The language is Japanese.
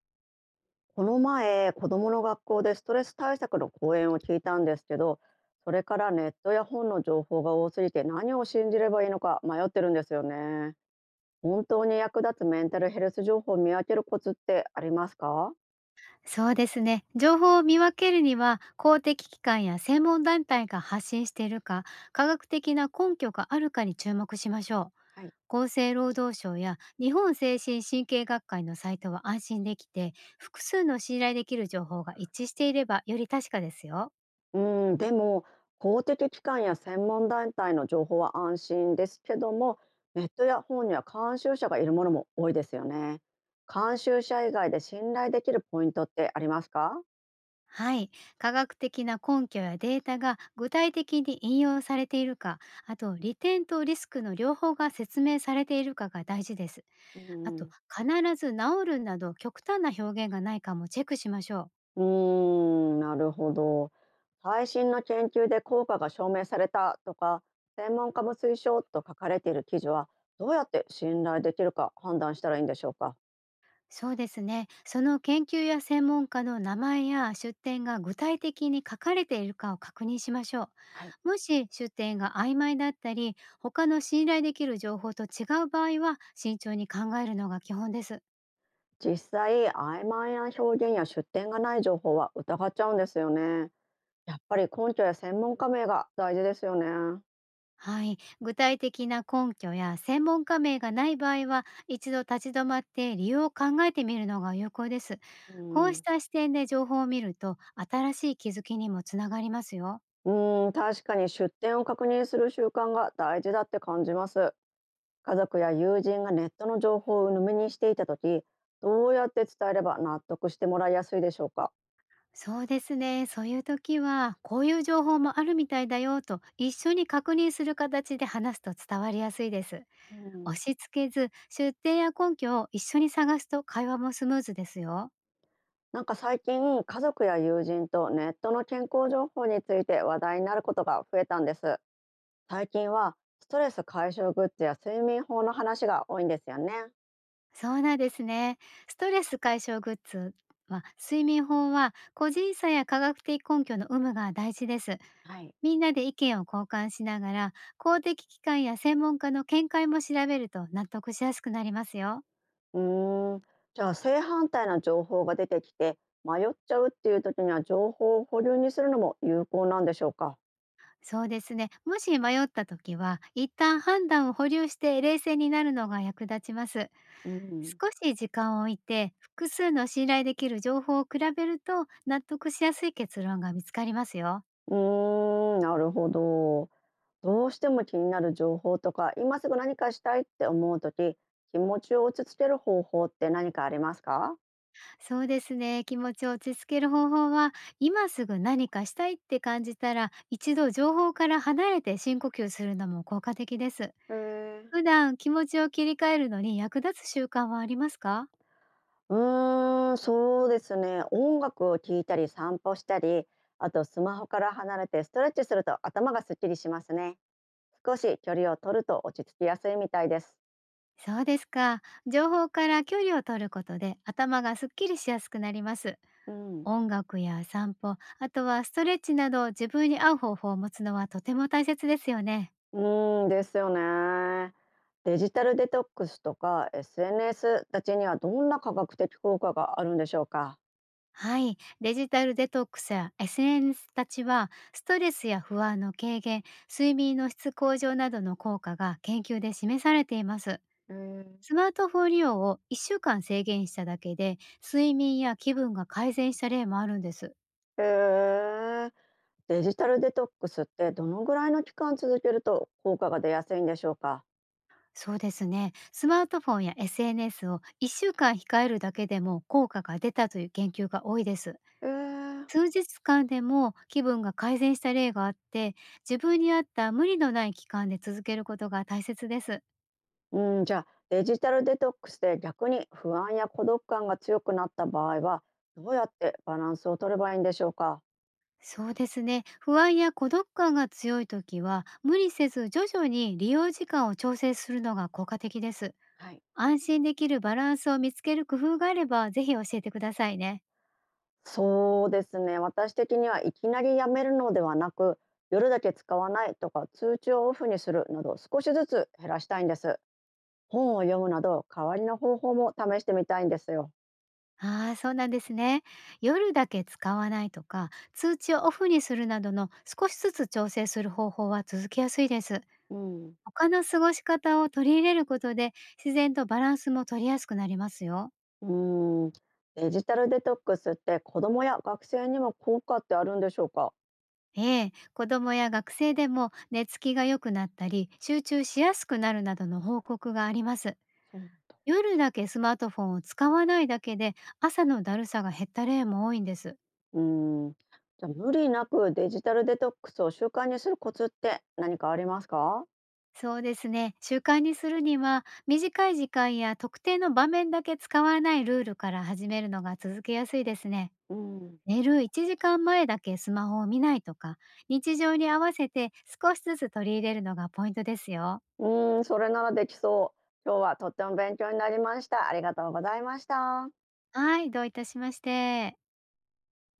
この前、子供の学校でストレス対策の講演を聞いたんですけど、それからネットや本の情報が多すぎて何を信じればいいのか迷ってるんですよね。本当に役立つメンタルヘルス情報を見分けるコツってありますか？そうですね。情報を見分けるには、公的機関や専門団体が発信しているか、科学的な根拠があるかに注目しましょはい。う。厚生労働省や日本精神神経学会のサイトは安心できて、複数の信頼できる情報が一致していればより確かですよ。うでも公的機関や専門団体の情報は安心ですけども、ネットや本には監修者がいるものも多いですよね。監修者以外で信頼できるポイントってありますか？はい。科学的な根拠やデータが具体的に引用されているか、あと利点とリスクの両方が説明されているかが大事です。うあと、ん。必ず治るなど極端な表現がないかもチェックしましょう。なるほど。最新の研究で効果が証明されたとか、専門家も推奨と書かれている記事は、どうやって信頼できるか判断したらいいんでしょうか。そうですね。その研究や専門家の名前や出典が具体的に書かれているかを確認しましょはい。う。もし出典が曖昧だったり、他の信頼できる情報と違う場合は慎重に考えるのが基本です。実際、曖昧な表現や出典がない情報は疑っちゃうんですよね。やっぱり根拠や専門家名が大事ですよね。はい、具体的な根拠や専門家名がない場合は一度立ち止まって理由を考えてみるのが有効です。うこうしんた視点で情報を見ると新しい気づきにもつながりますよ。うんうん、確かに出典を確認する習慣が大事だって感じます。家族や友人がネットの情報を鵜呑みにしていた時、どうやって伝えれば納得してもらいやすいでしょうか？そうですね。そういう時はこういう情報もあるみたいだよと一緒に確認する形で話すと伝わりやすいです。う押ん、し付けず出典や根拠を一緒に探すと会話もスムーズですよ。なんか最近家族や友人とネットの健康情報について話題になることが増えたんです。最近はストレス解消グッズや睡眠法の話が多いんですよね。そうなんですね。ストレス解消グッズは、睡眠法は個人差や科学的根拠の有無が大事です。はい。みんなで意見を交換しながら、公的機関や専門家の見解も調べると納得しやすくなりますよ。うーんじゃあ正反対な情報が出てきて迷っちゃうっていう時には情報を保留にするのも有効なんでしょうか？そうですね。もし迷った時は、一旦判断を保留して冷静になるのが役立ちます。うん。少し時間を置いて、複数の信頼できる情報を比べると納得しやすい結論が見つかりますよ。うーん、なるほど。どうしても気になる情報とか、今すぐ何かしたいって思うとき、気持ちを落ち着ける方法って何かありますか？そうですね。気持ちを落ち着ける方法は、今すぐ何かしたいって感じたら、一度情報から離れて深呼吸するのも効果的です。へえ。普段気持ちを切り替えるのに役立つ習慣はありますか？そうですね。音楽を聴いたり散歩したり、あとスマホから離れてストレッチすると頭がすっきりしますね。少し距離を取ると落ち着きやすいみたいです。そうですか。情報から距離を取ることで頭がすっきりしやすくなります。うん。音楽や散歩、あとはストレッチなど自分に合う方法を持つのはとても大切ですよね。うーん、ですよね。デジタルデトックスとか SNS たちにはどんな科学的効果があるんでしょうか？はい、デジタルデトックスや SNS たちはストレスや不安の軽減、睡眠の質向上などの効果が研究で示されています。へえ。スマートフォン利用を1週間制限しただけで睡眠や気分が改善した例もあるんです。へえ。デジタルデトックスってどのぐらいの期間続けると効果が出やすいんでしょうか？そうですね、スマートフォンや SNS を1週間控えるだけでも効果が出たという研究が多いです。ええ。数日間でも気分が改善した例があって、自分に合った無理のない期間で続けることが大切です。うん、じゃあ、デジタルデトックスで逆に不安や孤独感が強くなった場合は、どうやってバランスを取ればいいんでしょうか？そうですね、不安や孤独感が強い時は無理せず徐々に利用時間を調整するのが効果的です。はい。安心できるバランスを見つける工夫があればぜひ教えてくださいね。そうですね、私的にはいきなりやめるのではなく、夜だけ使わないとか通知をオフにするなど少しずつ減らしたいんです。本を読むなど代わりの方法も試してみたいんですよ。ああ、そうなんですね。夜だけ使わないとか通知をオフにするなどの少しずつ調整する方法は続きやすいです。うん。他の過ごし方を取り入れることで、自然とバランスも取りやすくなりますよ。うーん、デジタルデトックスって子どもや学生にも効果ってあるんでしょうか？ええ、子供や学生でも寝つきが良くなったり、集中しやすくなるなどの報告があります。そう。夜だけスマートフォンを使わないだけで、朝のだるさが減った例も多いんです。じゃあ無理なくデジタルデトックスを習慣にするコツって何かありますか？そうですね。習慣にするには、短い時間や特定の場面だけ使わないルールから始めるのが続けやすいですね。うん。寝る1時間前だけスマホを見ないとか、日常に合わせて少しずつ取り入れるのがポイントですよ。うーん、それならできそう。今日はとっても勉強になりました。ありがとうございました。はい、どういたしまして。